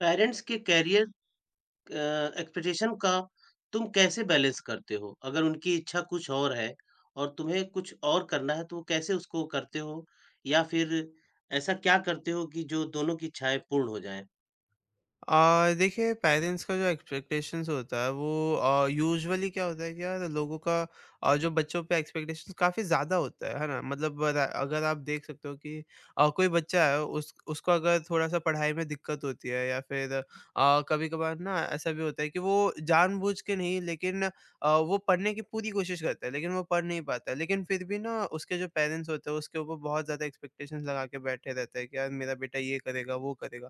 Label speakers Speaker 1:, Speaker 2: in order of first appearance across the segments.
Speaker 1: Parents के career अ, expectation का तुम कैसे बैलेंस करते हो? अगर उनकी इच्छा कुछ और है और तुम्हें कुछ और करना है, तो वो कैसे उसको करते हो? या फिर ऐसा क्या करते हो कि जो दोनों की इच्छाएँ पूर्ण हो जाएँ?
Speaker 2: देखिए पेरेंट्स का जो एक्सपेक्टेशंस होता है वो यूजुअली क्या होता है कि यार लोगों का जो बच्चों पे एक्सपेक्टेशंस काफ़ी ज़्यादा होता है ना? मतलब अर अगर आप देख सकते हो कि कोई बच्चा है, उस उसको अगर थोड़ा-सा पढ़ाई में दिक्कत होती है या फिर कभी-कभार ना ऐसा भी होता है कि वो जानबूझ के नहीं, लेकिन वो पढ़ने की पूरी कोशिश करता है, लेकिन वो पढ़ नहीं पाता है। लेकिन फिर भी ना उसके जो पेरेंट्स होते हैं, उसके ऊपर बहुत ज़्यादा एक्सपेक्टेशंस लगा के बैठे रहते हैं कि यार मेरा बेटा ये करेगा, वो करेगा।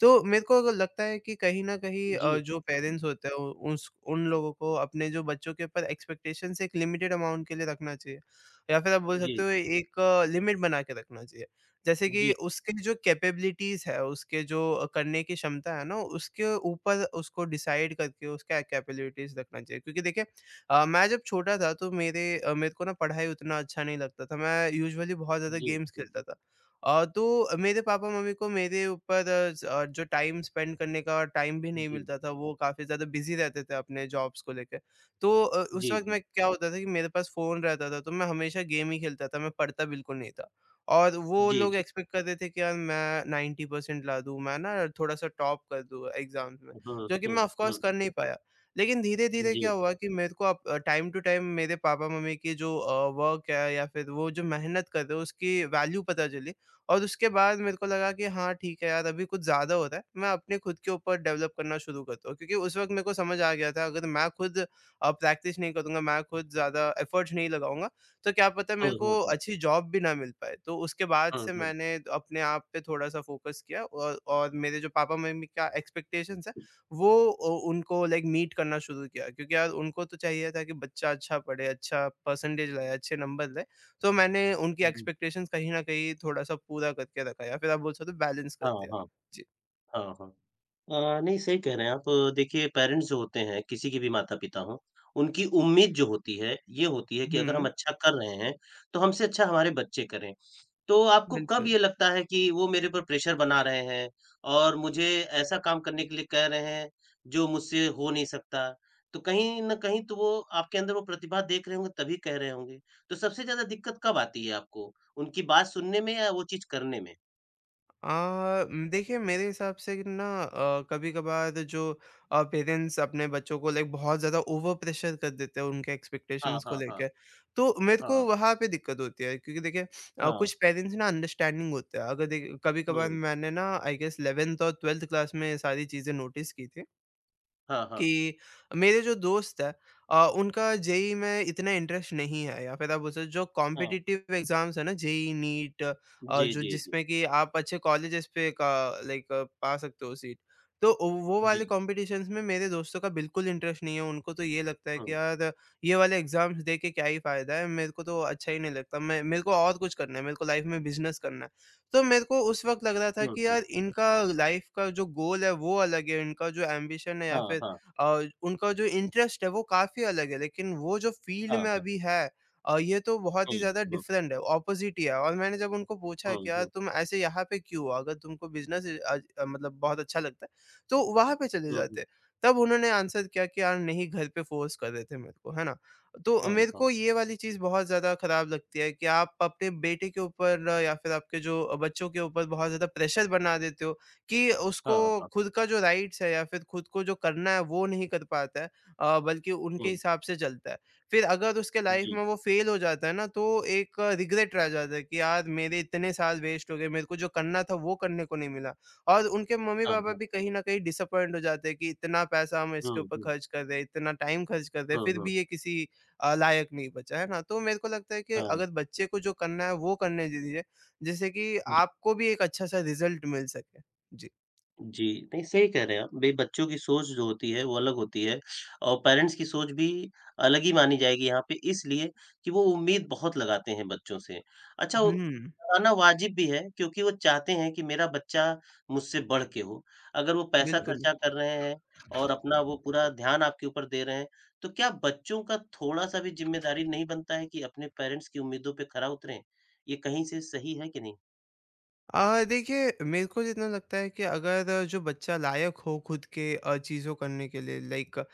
Speaker 2: तो मेरे को अगर लगता है कि कहीं न कहीं
Speaker 1: जी,
Speaker 2: जो पेरेंट्स होते हैं, उ- उस उन लोगों को अपने जो बच्चों के ऊपर एक्सपेक्टेशंस एक लिमिटेड अमाउंट के लिए रखना चाहिए। या फिर आप बोल सकते
Speaker 1: जी,
Speaker 2: हो
Speaker 1: जी,
Speaker 2: एक लिमिट बना के रखना चाहिए। जैसे कि
Speaker 1: जी,
Speaker 2: उसके जो कैपेबिलिटीज़ है, उसके जो करने की क्षमता है ना, उसके ऊपर उसको डिसाइड करके उसका कैपेबिलिटीज़ रखना चाहिए। क्योंकि देखिए मैं जब छोटा था, तो मेरे को ना पढ़ाई उतना अच्छा नहीं लगता था। मैं यूजुअली बहुत ज़्यादा
Speaker 1: जी,
Speaker 2: गेम्स
Speaker 1: जी,
Speaker 2: खेलता था। तो मेरे पापा-मम्मी को मेरे ऊपर जो टाइम स्पेंड करने का टाइम भी नहीं
Speaker 1: जी,
Speaker 2: मिलता था, वो काफ़ी ज़्यादा बिज़ी रहते थे अपने जॉब्स को लेके। तो उस
Speaker 1: जी,
Speaker 2: वक़्त
Speaker 1: जी,
Speaker 2: मैं क्या होता था कि मेरे पास फ़ोन रहता था, तो मैं हमेशा गेम ही खेलता था, मैं पढ़ता बिल्कुल नहीं था। और वो
Speaker 1: जी,
Speaker 2: लोग
Speaker 1: जी।
Speaker 2: एक्सपेक्ट कर रहे थे कि यार मैं 90% ला दूँ, मैं ना थोड़ा-सा टॉप कर दूँ एग्ज़ाम्स में,
Speaker 1: हाँ,
Speaker 2: जो कि
Speaker 1: हाँ,
Speaker 2: मैं ऑफ़ कोर्स
Speaker 1: हाँ,
Speaker 2: कर नहीं पाया। लेकिन धीरे-धीरे
Speaker 1: जी।
Speaker 2: क्या हुआ कि मेरे को अब टाइम टू टाइम मेरे पापा-मम्मी की जो वर्क है या फिर वो जो मेहनत कर रहे हैं, उसकी वैल्यू पता चली। और उसके बाद मेरे को लगा कि हाँ ठीक है यार, अभी कुछ ज़्यादा हो रहा है। मैं अपने खुद के ऊपर डेवलप करना शुरू करता हूँ, क्योंकि उस वक़्त मेरे को समझ आ गया था अगर मैं खुद प्रैक्टिस नहीं करूँगा, मैं खुद ज़्यादा एफ़र्ट्स नहीं लगाऊँगा, तो क्या पता
Speaker 1: हाँ,
Speaker 2: मेरे
Speaker 1: हाँ,
Speaker 2: को
Speaker 1: हाँ,
Speaker 2: अच्छी जॉब भी ना मिल पाए। तो उसके बाद
Speaker 1: हाँ,
Speaker 2: से
Speaker 1: हाँ।
Speaker 2: मैंने अपने आप पे थोड़ा-सा फ़ोकस किया और मेरे जो पापा-मम्मी का एक्सपेक्टेशंस है
Speaker 1: जी,
Speaker 2: वो उनको लाइक मीट करना शुरू किया, क्योंकि यार उनको तो चाहिए था कि बच्चा अच्छा पढ़े, अच्छा परसेंटेज लाए, अच्छे नंबर लाए। तो मैंने उनकी एक्सपेक्टेशंस कहीं न कहीं थोड़ा-सा पूरा करके रखा या फिर आप बोल सकते हो बैलेंस कर
Speaker 1: हाँ,
Speaker 2: दिया।
Speaker 1: हाँ।
Speaker 2: जी।
Speaker 1: हाँ, हाँ। नहीं सही कह रहे हैं आप। देखिए पेरेंट्स जो होते हैं, किसी के भी माता-पिता हों, उनकी उम्मीद जो होती है, ये होती है कि अगर हम
Speaker 2: हुँ,
Speaker 1: अच्छा कर रहे हैं, तो हमसे अच्छा हमारे बच्चे करें। तो आपको कब
Speaker 2: बिल्कुल।
Speaker 1: ये लगता है कि वो मेरे ऊपर प्रेशर बना रहे हैं और मुझे ऐसा काम करने के लिए कह रहे हैं, जो मुझसे हो नहीं सकता? तो कहीं न कहीं तो वो आपके अंदर वो प्रतिभा देख रहे होंगे तभी कह रहे होंगे। तो सबसे ज़्यादा दिक्कत कब आती है आपको? उनकी बात सुनने में या वो चीज़ करने में?
Speaker 2: अ, देखिए मेरे हिसाब से कि ना कभी-कभार जो पेरेंट्स अपने बच्चों को लाइक बहुत ज़्यादा ओवर प्रेशर कर देते हैं उनके
Speaker 1: हाँ,
Speaker 2: एक्सपेक्टेशंस को
Speaker 1: हाँ, हाँ।
Speaker 2: लेके, तो मेरे को
Speaker 1: हाँ,
Speaker 2: वहाँ पे दिक्कत होती है, क्योंकि देखिए कुछ
Speaker 1: हाँ।
Speaker 2: पेरेंट्स ना अंडरस्टैंडिंग होते हैं। अगर देखिए कभी-कभार
Speaker 1: हुँ।
Speaker 2: मैंने ना आई गेस 11th और 12th क्लास में ये सारी चीज़ें नोटिस की थी।
Speaker 1: हाँ, हाँ।
Speaker 2: कि मेरे जो दोस्त हैं उनका जेईई में इतना इंटरेस्ट नहीं है या फिर आप बोल सकते हो जो
Speaker 1: हाँ।
Speaker 2: कॉम्पिटिटिव एग्जाम्स है ना, जेईई नीट
Speaker 1: जी,
Speaker 2: जो
Speaker 1: जी, जी।
Speaker 2: जिसमें कि आप अच्छे कॉलेजेस पे का लाइक पा सकते हो सीट, तो वो
Speaker 1: जी।
Speaker 2: वाले कॉम्पिटिशन्स में मेरे दोस्तों का बिल्कुल इंटरेस्ट नहीं है। उनको तो ये लगता है कि
Speaker 1: हुँ,
Speaker 2: यार ये वाले एग्जाम्स दे के क्या ही फायदा है। मेरे को तो अच्छा ही नहीं लगता, मैं मेरे को और कुछ करना है, मेरे को लाइफ में बिजनेस करना है। तो मेरे को उस वक्त लग रहा था
Speaker 1: हुँ,
Speaker 2: कि
Speaker 1: हुँ।
Speaker 2: यार इनका लाइफ का जो गोल है वो अलग है, इनका जो एम्बिशन है या
Speaker 1: हाँ,
Speaker 2: फिर
Speaker 1: हाँ।
Speaker 2: उनका जो इंटरेस्ट है वो काफ़ी अलग है, लेकिन वो जो फ़ील्ड
Speaker 1: हाँ,
Speaker 2: में
Speaker 1: हाँ।
Speaker 2: अभी है ये तो बहुत ही
Speaker 1: हुँ,
Speaker 2: ज़्यादा
Speaker 1: हुँ।
Speaker 2: डिफरेंट है, ऑपोज़िट ही है। और मैंने जब उनको पूछा कि
Speaker 1: हुँ,
Speaker 2: यार
Speaker 1: हुँ।
Speaker 2: तुम ऐसे यहाँ पे क्यों हो? अगर तुमको बिज़नेस मतलब बहुत अच्छा लगता है, तो वहाँ पे चले
Speaker 1: हुँ, हुँ।
Speaker 2: जाते। तब उन्होंने आंसर किया कि यार नहीं, घर पे फ़ोर्स कर रहे थे मेरे को, है ना? तो
Speaker 1: हाँ,
Speaker 2: मेरे को
Speaker 1: हाँ।
Speaker 2: ये वाली चीज़ बहुत ज़्यादा ख़राब लगती है कि आप अपने बेटे के ऊपर या फिर आपके जो बच्चों के ऊपर बहुत ज़्यादा प्रेशर बना देते हो कि उसको
Speaker 1: हाँ, हाँ।
Speaker 2: खुद का जो राइट्स है या फिर खुद को जो करना है वो नहीं कर पाता है, बल्कि उनके
Speaker 1: हुँ।
Speaker 2: हिसाब से चलता है। फिर अगर उसके लाइफ
Speaker 1: जी।
Speaker 2: में वो फेल हो जाता है ना, तो एक रिग्रेट रह जाता है कि यार मेरे इतने साल वेस्ट हो गए, मेरे को जो करना था वो करने को नहीं मिला। और उनके
Speaker 1: हाँ,
Speaker 2: मम्मी-पापा
Speaker 1: हाँ।
Speaker 2: भी कहीं न कहीं डिसअपॉइंट हो जाते हैं कि इतना पैसा हम इसके
Speaker 1: हुँ,
Speaker 2: ऊपर
Speaker 1: हुँ।
Speaker 2: खर्च कर रहे हैं, इतना टाइम खर्च कर रहे हैं,
Speaker 1: हुँ,
Speaker 2: फिर
Speaker 1: हुँ।
Speaker 2: भी ये किसी लायक नहीं बचा, है ना? तो मेरे को लगता है कि
Speaker 1: हाँ।
Speaker 2: अगर बच्चे को जो करना है वो करने दीजिए, जिससे कि आपको भी एक अच्छा-सा रिज़ल्ट मिल सके। जी।
Speaker 1: जी, नहीं सही कह रहे हैं आप। भई बच्चों की सोच जो होती है वो अलग होती है और पेरेंट्स की सोच भी अलग ही मानी जाएगी यहाँ पे इसलिए कि वो उम्मीद बहुत लगाते हैं बच्चों से। अच्छा वो
Speaker 2: हुँ,
Speaker 1: लगाना वाजिब भी है क्योंकि वो चाहते हैं कि मेरा बच्चा मुझसे बढ़ के हो। अगर वो पैसा
Speaker 2: बिल्कुल।
Speaker 1: खर्चा कर रहे हैं और अपना वो पूरा ध्यान आपके ऊपर दे रहे हैं, तो क्या बच्चों का थोड़ा-सा भी ज़िम्मेदारी नहीं बनता है कि अपने पेरेंट्स की उम्मीदों पे खरा उतरें? ये कहीं से सही है कि नहीं?
Speaker 2: देखिए मेरे को जितना लगता है कि अगर जो बच्चा लायक हो खुद के चीज़ों करने के लिए लाइक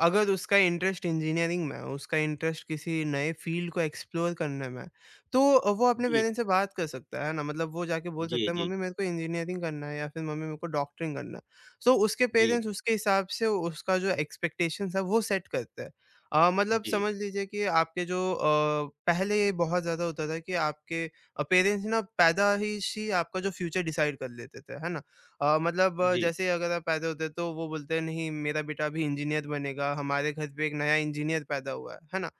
Speaker 2: अगर उसका इंटरेस्ट इंजीनियरिंग में है, उसका इंटरेस्ट किसी नए फ़ील्ड को एक्सप्लोर करने में है, तो वो अपने
Speaker 1: जी।
Speaker 2: पेरेंट्स से बात कर सकता है ना? मतलब वो जाके बोल सकता
Speaker 1: जी,
Speaker 2: है
Speaker 1: जी।
Speaker 2: मम्मी मेरे को इंजीनियरिंग करना है या फिर मम्मी मेरे को डॉक्टरिंग करना है। सो उसके
Speaker 1: जी,
Speaker 2: पेरेंट्स उसके हिसाब से उसका जो एक्सपेक्टेशंस है वो सेट करते हैं। मतलब
Speaker 1: जी,
Speaker 2: समझ लीजिए कि आपके जो पहले ये बहुत ज़्यादा होता था कि आपके पेरेंट्स ना पैदा ही सी आपका जो फ्यूचर डिसाइड कर लेते थे, है ना? मतलब
Speaker 1: जी।
Speaker 2: जैसे अगर आप पैदा होते, तो वो बोलते हैं नहीं, मेरा बेटा अभी इंजीनियर बनेगा, हमारे घर पे एक नया इंजीनियर पैदा हुआ है ना?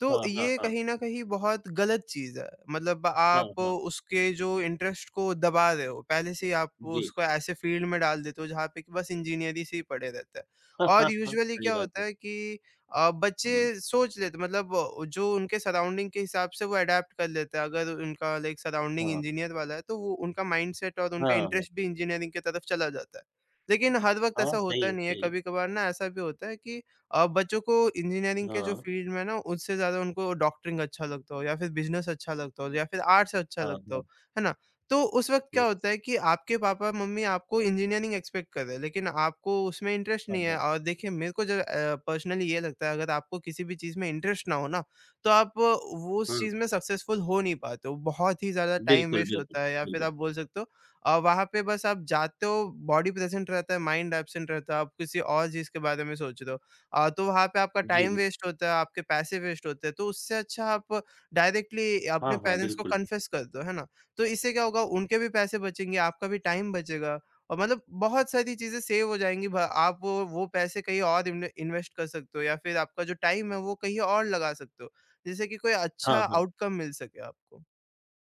Speaker 2: तो
Speaker 1: हाँ, हाँ,
Speaker 2: ये
Speaker 1: हाँ।
Speaker 2: कहीं न कहीं बहुत गलत चीज़ है, मतलब
Speaker 1: हाँ,
Speaker 2: आप
Speaker 1: हाँ।
Speaker 2: उसके जो इंटरेस्ट को दबा रहे हो, पहले से ही आप
Speaker 1: जी।
Speaker 2: उसको ऐसे फील्ड में डाल देते हो जहाँ पे कि बस इंजीनियर ही से ही पड़े रहते हैं।
Speaker 1: हाँ,
Speaker 2: और
Speaker 1: हाँ, हाँ।
Speaker 2: यूजुअली
Speaker 1: सही
Speaker 2: क्या
Speaker 1: बात है।
Speaker 2: होता है कि बच्चे
Speaker 1: हुँ।
Speaker 2: सोच लेते, मतलब जो उनके सराउंडिंग के हिसाब से वो अडैप्ट कर लेते हैं। अगर उनका लाइक सराउंडिंग
Speaker 1: हाँ।
Speaker 2: इंजीनियर वाला है, तो वो उनका माइंडसेट और उनका
Speaker 1: हाँ,
Speaker 2: इंटरेस्ट
Speaker 1: हाँ।
Speaker 2: भी इंजीनियरिंग की तरफ चला जाता है। लेकिन हर वक़्त ऐसा
Speaker 1: हाँ, सही
Speaker 2: होता
Speaker 1: है,
Speaker 2: नहीं है,
Speaker 1: सही है।
Speaker 2: कभी-कभार ना ऐसा भी होता है कि बच्चों को इंजीनियरिंग के जो
Speaker 1: हाँ।
Speaker 2: फ़ील्ड में ना उससे ज़्यादा उनको डॉक्टरिंग अच्छा लगता हो या फिर बिज़नेस अच्छा लगता हो या फिर आर्ट्स अच्छा
Speaker 1: हाँ,
Speaker 2: लगता
Speaker 1: हाँ।
Speaker 2: हो, है ना? तो उस वक़्त क्या
Speaker 1: जी।
Speaker 2: होता है कि आपके पापा-मम्मी आपको इंजीनियरिंग एक्सपेक्ट कर रहे हैं, लेकिन आपको उसमें इंटरेस्ट
Speaker 1: हाँ,
Speaker 2: नहीं है।
Speaker 1: हाँ।
Speaker 2: और देखिए मेरे को जो पर्सनली ये लगता है अगर आपको किसी भी चीज़ में इंटरेस्ट ना हो ना, तो आप वो उस
Speaker 1: हुँ।
Speaker 2: चीज़ में सक्सेसफुल हो नहीं पाते हो। बहुत ही ज़्यादा टाइम
Speaker 1: बिल्कुल,
Speaker 2: वेस्ट
Speaker 1: बिल्कुल,
Speaker 2: होता है या फिर
Speaker 1: बिल्कुल।
Speaker 2: आप बोल सकते हो वहाँ पे बस आप जाते हो, बॉडी प्रेज़ेंट रहता है, माइंड एब्सेंट रहता है, आप किसी और चीज़ के बारे में सोच रहे हो। तो वहाँ पे आपका
Speaker 1: जी,
Speaker 2: टाइम
Speaker 1: बिल
Speaker 2: वेस्ट होता है, आपके पैसे वेस्ट होते हैं, तो उससे अच्छा आप डायरेक्टली अपने
Speaker 1: हाँ, हाँ,
Speaker 2: पेरेंट्स को
Speaker 1: बिल्कुल।
Speaker 2: कन्फेस कर दो, है ना? तो इससे क्या होगा, उनके भी पैसे बचेंगे, आपका भी टाइम बचेगा और मतलब बहुत सारी चीज़ें सेव हो जाएँगी। भ आप वो पैसे कहीं और इन्वेस्ट कर सकते हो या फिर आपका जो टाइम है वो कहीं और लगा सकते हो, जिससे कि कोई अच्छा
Speaker 1: हाँ, हाँ।
Speaker 2: आउटकम मिल सके आपको।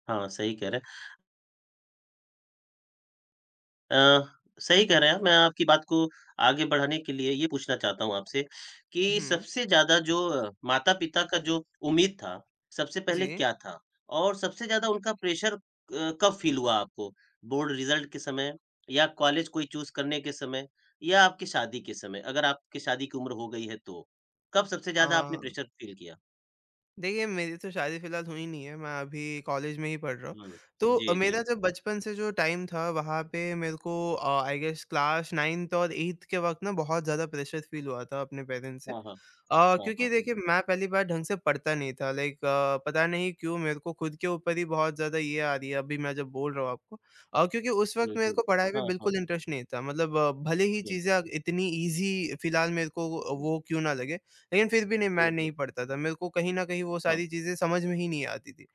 Speaker 1: हाँ, सही कह रहे हैं। अ, सही कह रहे हैं आप। मैं आपकी बात को आगे बढ़ाने के लिए ये पूछना चाहता हूँ आपसे कि
Speaker 2: हुँ,
Speaker 1: सबसे ज़्यादा जो माता-पिता का जो उम्मीद था, सबसे पहले
Speaker 2: जी।
Speaker 1: क्या था? और सबसे ज़्यादा उनका प्रेशर कब फ़ील हुआ आपको? बोर्ड रिज़ल्ट के समय या कॉलेज कोई चूज़ करने के समय या आपकी शादी के समय? अगर आपकी शादी की उम्र हो गई है तो, कब सबसे
Speaker 2: अ,
Speaker 1: ज़्यादा आपने प्रेशर फ़ील किया?
Speaker 2: देखिए मेरी तो शादी फिलहाल हुई नहीं है, मैं अभी कॉलेज में ही पढ़ रहा हूँ।
Speaker 1: हुँ।
Speaker 2: तो
Speaker 1: जी, जी।
Speaker 2: मेरा जब बचपन से जो टाइम था वहाँ पे मेरे को आई गेस क्लास 9th और 8th के वक़्त ना बहुत ज़्यादा प्रेशर फ़ील हुआ था अपने पेरेंट्स से।
Speaker 1: हाँ, हाँ। हाँ,
Speaker 2: क्योंकि
Speaker 1: हाँ, हुँ।
Speaker 2: देखिए मैं पहली बार ढंग से पढ़ता नहीं था लाइक पता नहीं क्यों मेरे को खुद के ऊपर ही बहुत ज़्यादा ये आ रही है अभी मैं जब बोल रहा हूँ आपको क्योंकि उस
Speaker 1: हुँ,
Speaker 2: वक़्त मेरे
Speaker 1: हुँ।
Speaker 2: को पढ़ाई में
Speaker 1: हाँ, हाँ।
Speaker 2: बिल्कुल इंटरेस्ट नहीं था। मतलब भले ही
Speaker 1: हुँ,
Speaker 2: चीज़ें इतनी ईज़ी फ़िलहाल मेरे को
Speaker 1: हुँ।
Speaker 2: वो क्यों ना लगे, लेकिन फिर भी नहीं, मैं
Speaker 1: हुँ,
Speaker 2: नहीं
Speaker 1: हुँ।
Speaker 2: पढ़ता था, मेरे को कहीं न कहीं वो
Speaker 1: हाँ।
Speaker 2: सारी चीज़ें समझ में ही नहीं आती थी।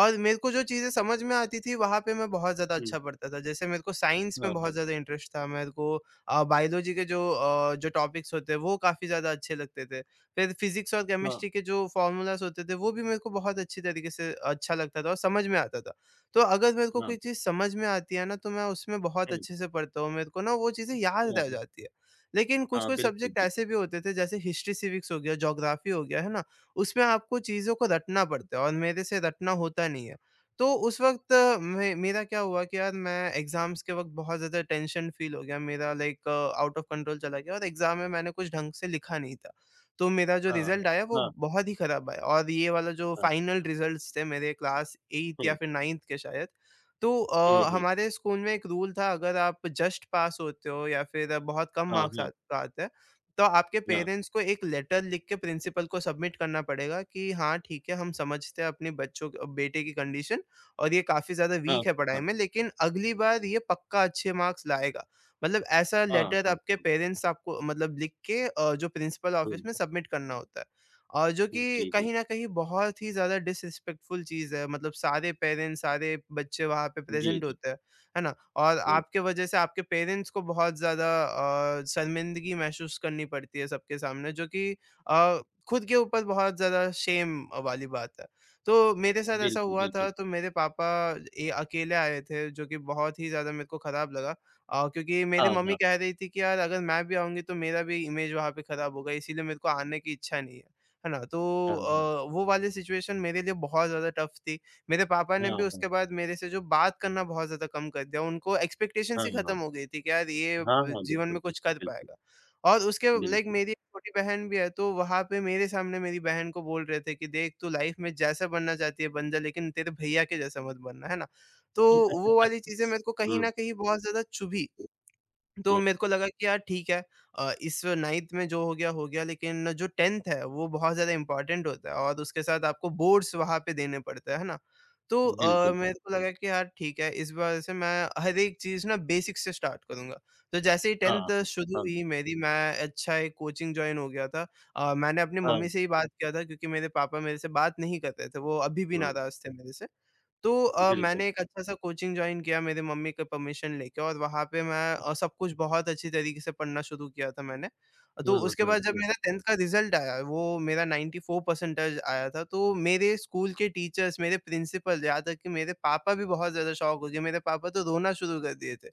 Speaker 2: और मेरे को जो चीज़ें समझ में आती थी वहाँ पे मैं बहुत ज़्यादा
Speaker 1: हुँ।
Speaker 2: अच्छा पढ़ता था। जैसे मेरे को साइंस में
Speaker 1: हाँ,
Speaker 2: बहुत
Speaker 1: हाँ।
Speaker 2: ज़्यादा इंटरेस्ट था, मेरे को बायोलॉजी के जो जो टॉपिक्स होते हैं वो काफ़ी ज़्यादा अच्छे लगते थे। फिर फिज़िक्स और
Speaker 1: हाँ।
Speaker 2: केमिस्ट्री के जो फ़ॉर्मूलाज़ होते थे, वो भी मेरे को बहुत अच्छी तरीके से अच्छा लगता था और समझ में आता था। तो अगर मेरे को
Speaker 1: हाँ,
Speaker 2: कोई चीज़ समझ में आती है ना, तो मैं उसमें बहुत
Speaker 1: हुँ,
Speaker 2: अच्छे से पढ़ता हूँ, मेरे को ना वो चीज़ें याद
Speaker 1: हाँ,
Speaker 2: रह
Speaker 1: हाँ,
Speaker 2: जाती है। लेकिन
Speaker 1: हाँ,
Speaker 2: कुछ-कुछ
Speaker 1: बिल्कुल,
Speaker 2: सब्जेक्ट
Speaker 1: बिल्कुल।
Speaker 2: ऐसे भी होते थे जैसे हिस्ट्री, सिविक्स हो गया, ज्योग्राफ़ी हो गया, है ना? उसमें आपको चीज़ों को रटना पड़ता है और मेरे से रटना होता नहीं है। तो उस वक़्त मे मेरा क्या हुआ कि यार मैं एग्ज़ाम्स के वक़्त बहुत ज़्यादा टेंशन फ़ील हो गया, मेरा लाइक आउट ऑफ़ कंट्रोल चला गया और एग्ज़ाम में मैंने कुछ ढंग से लिखा नहीं था। तो मेरा जो
Speaker 1: हाँ, हाँ,
Speaker 2: रिज़ल्ट आया वो
Speaker 1: हाँ,
Speaker 2: बहुत ही ख़राब आया, और ये वाला जो
Speaker 1: हाँ,
Speaker 2: फाइनल रिज़ल्ट्स थे मेरे क्लास 8
Speaker 1: हुँ,
Speaker 2: या फिर 9th के शायद। तो
Speaker 1: हुँ, हुँ,
Speaker 2: हमारे स्कूल में एक रूल था, अगर आप जस्ट पास होते हो या फिर बहुत कम
Speaker 1: हाँ,
Speaker 2: मार्क्स आ
Speaker 1: हाँ,
Speaker 2: आते हैं, तो आपके पेरेंट्स को एक लेटर लिख के प्रिंसिपल को सबमिट करना पड़ेगा कि हाँ, ठीक है, हम समझते हैं अपने बच्चों क बेटे की कंडीशन और ये काफ़ी ज़्यादा
Speaker 1: हाँ,
Speaker 2: वीक है पढ़ाई
Speaker 1: हाँ,
Speaker 2: में, लेकिन अगली बार ये पक्का अच्छे मार्क्स लाएगा। मतलब ऐसा
Speaker 1: हाँ,
Speaker 2: लेटर
Speaker 1: हाँ,
Speaker 2: आपके
Speaker 1: हाँ,
Speaker 2: पेरेंट्स आपको मतलब लिख के जो प्रिंसिपल
Speaker 1: हुँ,
Speaker 2: ऑफिस में सबमिट करना होता है। और जो
Speaker 1: हुँ,
Speaker 2: कि
Speaker 1: जी, जी,
Speaker 2: कहीं न कहीं बहुत ही ज़्यादा डिसरिस्पेक्टफुल चीज़ है, मतलब सारे पेरेंट्स, सारे बच्चे वहाँ पे
Speaker 1: जी,
Speaker 2: प्रेज़ेंट
Speaker 1: जी,
Speaker 2: होते हैं, है ना? और
Speaker 1: हुँ,
Speaker 2: आपके वजह से आपके पेरेंट्स को बहुत ज़्यादा शर्मिंदगी महसूस करनी पड़ती है सबके सामने, जो कि अ, खुद के ऊपर बहुत ज़्यादा शेम वाली बात है। तो मेरे साथ ऐसा
Speaker 1: बिल्कुल,
Speaker 2: हुआ था,
Speaker 1: बिल्कुल,
Speaker 2: तो मेरे पापा ये अकेले आए थे, जो कि बहुत ही ज़्यादा मेरे को ख़राब लगा, क्योंकि मेरी
Speaker 1: हाँ,
Speaker 2: मम्मी
Speaker 1: हाँ,
Speaker 2: कह रही थी कि यार अगर मैं भी आऊँगी तो मेरा भी इमेज वहाँ पे ख़राब होगा, इसीलिए मेरे को आने की इच्छा नहीं है। है ना? तो
Speaker 1: हाँ, हाँ,
Speaker 2: वो वाली सिचुएशन मेरे लिए बहुत ज़्यादा टफ़ थी। मेरे पापा ने भी
Speaker 1: हाँ, हाँ,
Speaker 2: उसके बाद मेरे से जो बात करना बहुत ज़्यादा कम कर दिया। उनको
Speaker 1: हाँ,
Speaker 2: एक्सपेक्टेशंस ही ख़त्म
Speaker 1: हाँ,
Speaker 2: हो गई थी कि यार ये
Speaker 1: हाँ, हाँ,
Speaker 2: जीवन
Speaker 1: बिल्कुल,
Speaker 2: में कुछ
Speaker 1: बिल्कुल,
Speaker 2: कर
Speaker 1: बिल्कुल,
Speaker 2: पाएगा। और उसके लाइक
Speaker 1: बिल्कुल।
Speaker 2: मेरी एक छोटी बहन भी है, तो वहाँ पे मेरे सामने मेरी बहन को बोल रहे थे कि देख, तू लाइफ़ में जैसा बनना चाहती है बन जा, लेकिन तेरे भैया के जैसा मत बनना। है ना? तो वो वाली चीज़ें मेरे को कहीं न
Speaker 1: हुँ,
Speaker 2: कहीं बहुत ज़्यादा चुभी।
Speaker 1: हुँ,
Speaker 2: तो
Speaker 1: हुँ,
Speaker 2: मेरे को लगा कि यार ठीक है, इस 9th में जो हो गया हो गया, लेकिन जो 10th है वो बहुत ज़्यादा इम्पोर्टेंट होता है और उसके साथ आपको बोर्ड्स वहाँ पे देने पड़ते हैं, है ना? तो
Speaker 1: बिल्कुल,
Speaker 2: मेरे को लगा कि यार ठीक है, इस बार से मैं हर एक चीज़ ना बेसिक से स्टार्ट करूँगा। तो जैसे ही
Speaker 1: हाँ,
Speaker 2: 10th
Speaker 1: हाँ,
Speaker 2: शुरू
Speaker 1: हाँ,
Speaker 2: हुई मेरी, मैं अच्छा एक कोचिंग जॉइन हो गया था। मैंने अपनी
Speaker 1: हाँ,
Speaker 2: मम्मी से ही बात किया था, क्योंकि मेरे पापा मेरे से बात नहीं कर रहे थे, वो अभी भी
Speaker 1: हाँ,
Speaker 2: नाराज़ थे मेरे से। तो
Speaker 1: बिल्कुल,
Speaker 2: मैंने एक अच्छा-सा कोचिंग जॉइन किया मेरे मम्मी के परमिशन लेके, और वहाँ पे मैं सब कुछ बहुत अच्छी तरीके से पढ़ना शुरू किया था मैंने। तो
Speaker 1: हुँ,
Speaker 2: उसके
Speaker 1: हुँ,
Speaker 2: बाद जब
Speaker 1: हुँ,
Speaker 2: मेरा 10th का रिज़ल्ट आया, वो मेरा 94% आया था, तो मेरे स्कूल के टीचर्स, मेरे प्रिंसिपल, यहाँ तक कि मेरे पापा भी बहुत ज़्यादा शॉक हो गए। मेरे पापा तो रोना शुरू कर दिए थे,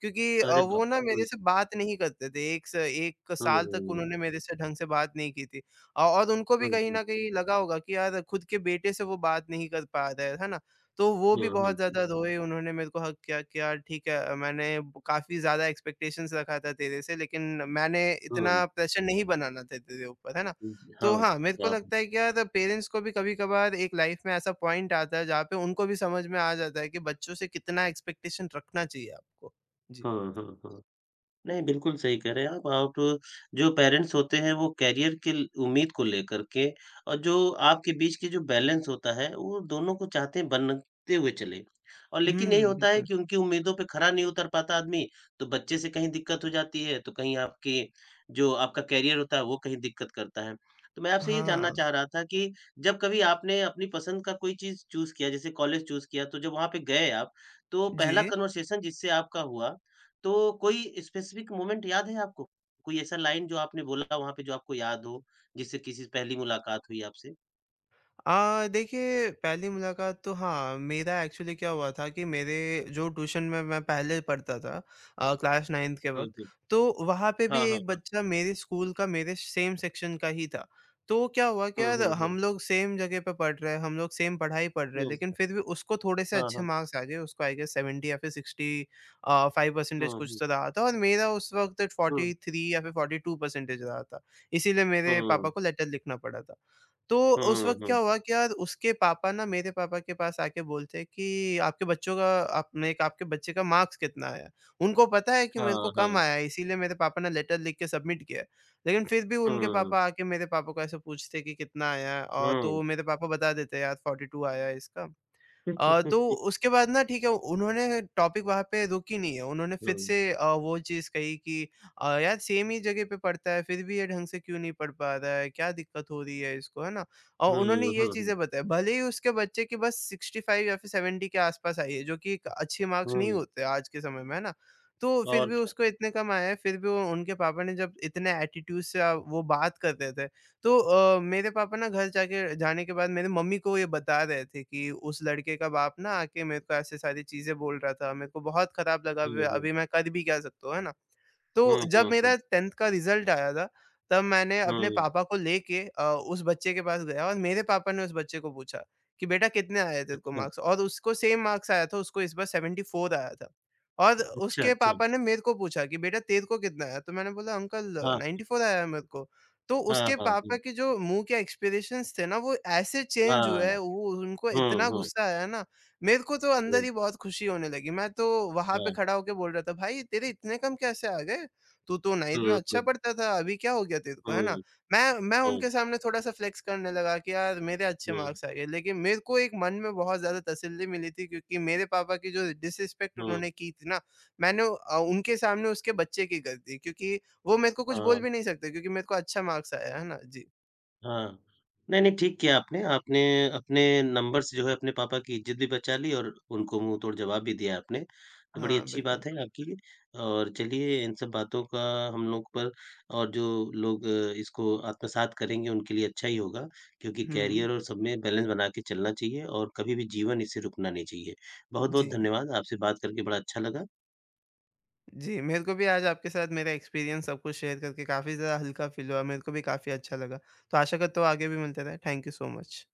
Speaker 2: क्योंकि
Speaker 1: अरे
Speaker 2: वो
Speaker 1: बाप
Speaker 2: ना मेरे
Speaker 1: रे!
Speaker 2: से बात नहीं करते थे, एक स 1
Speaker 1: हुँ,
Speaker 2: साल तक
Speaker 1: हुँ, हुँ,
Speaker 2: उन्होंने मेरे से ढंग से बात नहीं की थी। और उनको भी
Speaker 1: हुँ,
Speaker 2: कहीं
Speaker 1: हुँ,
Speaker 2: न कहीं लगा होगा कि यार खुद के बेटे से वो बात नहीं कर पा रहा है ना? तो वो भी
Speaker 1: हुँ,
Speaker 2: बहुत
Speaker 1: हुँ, हुँ,
Speaker 2: ज़्यादा रोए, उन्होंने मेरे को हग किया कि यार ठीक है, मैंने काफ़ी ज़्यादा एक्सपेक्टेशंस रखा था तेरे से, लेकिन मैंने
Speaker 1: हुँ,
Speaker 2: इतना प्रेशर नहीं बनाना था तेरे ऊपर, है ना?
Speaker 1: हुँ,
Speaker 2: तो
Speaker 1: हाँ,
Speaker 2: हाँ, मेरे को
Speaker 1: हाँ।
Speaker 2: लगता है कि यार पेरेंट्स को भी कभी-कभार एक लाइफ़ में ऐसा पॉइंट आता है जहाँ पे उनको भी समझ में आ जाता है कि बच्चों से कितना एक्सपेक्टेशन रखना चाहिए आपको। जी।
Speaker 1: हाँ, हाँ, हाँ। नहीं, बिल्कुल सही कह रहे हैं आप। आप जो पेरेंट्स होते हैं वो करियर के ल उम्मीद को लेकर के और जो आपके बीच की जो बैलेंस होता है वो दोनों को चाहते हैं बनते हुए चले। और लेकिन यही
Speaker 2: हुँ,
Speaker 1: होता है
Speaker 2: बिल्कुल।
Speaker 1: कि उनकी उम्मीदों पे खरा नहीं उतर पाता आदमी, तो बच्चे से कहीं दिक्कत हो जाती है, तो कहीं आपकी जो आपका करियर होता है वो कहीं दिक्कत करता है। तो मैं आपसे ये जानना
Speaker 2: हाँ,
Speaker 1: चाह रहा था कि जब कभी आपने अपनी पसंद का कोई चीज़ चूज़ किया जैसे कॉलेज चूज़ किया तो जब वहाँ पे गए आप, तो पहला
Speaker 2: जी।
Speaker 1: कन्वर्सेशन जिससे आपका हुआ तो कोई स्पेसिफिक मोमेंट याद है आपको? कोई ऐसा लाइन जो आपने बोला वहाँ पे जो आपको याद हो, जिससे किसी से पहली मुलाकात हुई आपसे?
Speaker 2: देखिए, पहली मुलाकात तो हाँ, मेरा एक्चुअली क्या हुआ था कि मेरे जो ट्यूशन में मैं पहले पढ़ता था क्लास 9th के
Speaker 1: हुँ,
Speaker 2: वक्त,
Speaker 1: हुँ।
Speaker 2: तो वहाँ पे भी
Speaker 1: हाँ, हाँ,
Speaker 2: एक
Speaker 1: हाँ।
Speaker 2: बच्चा मेरे स्कूल का मेरे सेम सेक्शन का ही था। तो क्या हुआ कि
Speaker 1: हुँ,
Speaker 2: यार
Speaker 1: हुँ,
Speaker 2: हम
Speaker 1: हुँ।
Speaker 2: लोग सेम जगह पे पढ़ रहे हैं, हम लोग सेम पढ़ाई पढ़ रहे हैं,
Speaker 1: हुँ।
Speaker 2: लेकिन फिर भी उसको थोड़े से
Speaker 1: हाँ,
Speaker 2: अच्छे
Speaker 1: हाँ।
Speaker 2: मार्क्स आ गए, उसको आई गेस 70 या फिर 65 परसेंटेज
Speaker 1: हुँ,
Speaker 2: कुछ
Speaker 1: हुँ।
Speaker 2: तो रहा था, और मेरा उस वक्त
Speaker 1: हुँ,
Speaker 2: 43 या फिर 42 परसेंटेज रहा था, इसीलिए मेरे पापा
Speaker 1: हुँ।
Speaker 2: को लेटर लिखना पड़ा था। तो उस
Speaker 1: हुँ,
Speaker 2: वक़्त क्या
Speaker 1: हुँ।
Speaker 2: हुआ कि यार उसके पापा ना मेरे पापा के पास आके बोलते हैं कि आपके बच्चों का आपने आपके बच्चे का मार्क्स कितना आया? उनको पता है कि मेरे को
Speaker 1: हाँ,
Speaker 2: कम
Speaker 1: हाँ।
Speaker 2: आया है, इसीलिए मेरे पापा ने लेटर लिख के सबमिट किया है। लेकिन फिर भी
Speaker 1: हुँ,
Speaker 2: उनके पापा
Speaker 1: हुँ।
Speaker 2: आके मेरे पापा को ऐसे पूछते कि कितना आया है? और
Speaker 1: हुँ।
Speaker 2: तो मेरे पापा बता देते हैं, यार 42 आया है इसका। तो उसके बाद ना, ठीक है, उन्होंने टॉपिक वहाँ पे रोकी नहीं है। उन्होंने फिर से वो चीज़ कही कि यार सेम ही जगह पे पढ़ता है, फिर भी ये ढंग से क्यों नहीं पढ़ पा रहा है? क्या दिक्कत हो रही है इसको, है ना?
Speaker 1: हुँ,
Speaker 2: और उन्होंने ये
Speaker 1: हुँ, हुँ।
Speaker 2: चीज़ें बताई। भले ही उसके बच्चे की बस 65 या फिर 70 के आस-पास आई है, जो कि एक अच्छे मार्क्स नहीं
Speaker 1: हुँ,
Speaker 2: होते आज के समय में, है ना? तो फिर
Speaker 1: और
Speaker 2: भी
Speaker 1: क्या।
Speaker 2: उसको इतने कम आए हैं, फिर भी वो उनके पापा ने जब इतने एटीट्यूड से वो बात कर रहे थे, तो मेरे पापा ना घर जाके जाने के बाद मेरे मम्मी को ये बता रहे थे कि उस लड़के का बाप ना आके मेरे को ऐसे सारी चीज़ें बोल रहा था, मेरे को बहुत खराब लगा, वे
Speaker 1: हुँ, हुँ।
Speaker 2: अभी मैं कर भी क्या सकता हूँ, है ना? तो
Speaker 1: हुँ,
Speaker 2: जब
Speaker 1: हुँ,
Speaker 2: मेरा
Speaker 1: हुँ।
Speaker 2: 10th का रिज़ल्ट आया था, तब मैंने अपने
Speaker 1: हुँ।
Speaker 2: पापा को लेके उस बच्चे के पास गया, और मेरे पापा ने उस बच्चे को पूछा कि, "बेटा कितने आए तेरे को
Speaker 1: अच्छा,
Speaker 2: मार्क्स?" और उसको सेम मार्क्स आया था, उसको इस बार 74 आया था। और
Speaker 1: अच्छा,
Speaker 2: उसके
Speaker 1: अच्छा।
Speaker 2: पापा ने मेरे को पूछा कि, "बेटा तेरे को कितना आया?" तो मैंने बोला, "अंकल
Speaker 1: हाँ,
Speaker 2: 94 आया है मेरे को।" तो
Speaker 1: हाँ,
Speaker 2: उसके
Speaker 1: हाँ।
Speaker 2: पापा
Speaker 1: हुँ।
Speaker 2: के जो मुँह के एक्सप्रेशंस थे ना, वो ऐसे चेंज हुए हैं,
Speaker 1: हाँ।
Speaker 2: वो उनको
Speaker 1: हुँ,
Speaker 2: इतना
Speaker 1: हुँ।
Speaker 2: गुस्सा आया ना, मेरे को तो अंदर
Speaker 1: हुँ,
Speaker 2: ही बहुत खुशी होने लगी। मैं तो वहाँ पे
Speaker 1: हाँ।
Speaker 2: खड़ा होके बोल रहा था, "भाई तेरे इतने कम कैसे आ गए? तू तो 9th में
Speaker 1: हुँ,
Speaker 2: अच्छा
Speaker 1: हुँ।
Speaker 2: पढ़ता था, अभी क्या हो गया तेरे को, है ना?"
Speaker 1: हुँ,
Speaker 2: मैं
Speaker 1: हुँ।
Speaker 2: उनके सामने थोड़ा-सा फ्लेक्स करने लगा कि यार मेरे अच्छे
Speaker 1: हुँ।
Speaker 2: मार्क्स आ गए, लेकिन मेरे को एक मन में बहुत ज़्यादा तसल्ली मिली थी, क्योंकि मेरे पापा की जो डिसरिस्पेक्ट
Speaker 1: हुँ,
Speaker 2: उन्होंने की थी ना, मैंने उनके सामने उसके बच्चे की कर दी, क्योंकि वो मेरे को कुछ बोल
Speaker 1: हाँ,
Speaker 2: भी नहीं सकते, क्योंकि मेरे को अच्छा मार्क्स आया, है ना? जी।
Speaker 1: हाँ। नहीं, नहीं ठीक किया आपने, आपने अपने नंबर से जो है अपने पापा की इज़्ज़त भी बचा ली और उनको मुँह तोड़ जवाब भी दिया आपने, तो बड़ी
Speaker 2: हाँ,
Speaker 1: अच्छी
Speaker 2: बिल्कुल।
Speaker 1: बात है आपकी और चलिए इन सब बातों का हम लोग पर और जो लोग इसको आत्मसात करेंगे उनके लिए अच्छा ही होगा, क्योंकि
Speaker 2: हुँ,
Speaker 1: करियर और सब में बैलेंस बना के चलना चाहिए और कभी भी जीवन इससे रुकना नहीं चाहिए।
Speaker 2: जी।
Speaker 1: बहुत-बहुत धन्यवाद, आपसे बात करके बड़ा अच्छा लगा।
Speaker 2: जी, मेरे को भी आज आपके साथ मेरा एक्सपीरियंस सब कुछ शेयर करके काफ़ी ज़्यादा हल्का फ़ील हुआ, मेरे को भी काफ़ी अच्छा लगा। तो आशा करता हूँ आगे भी मिलते रहें। Thank you so much.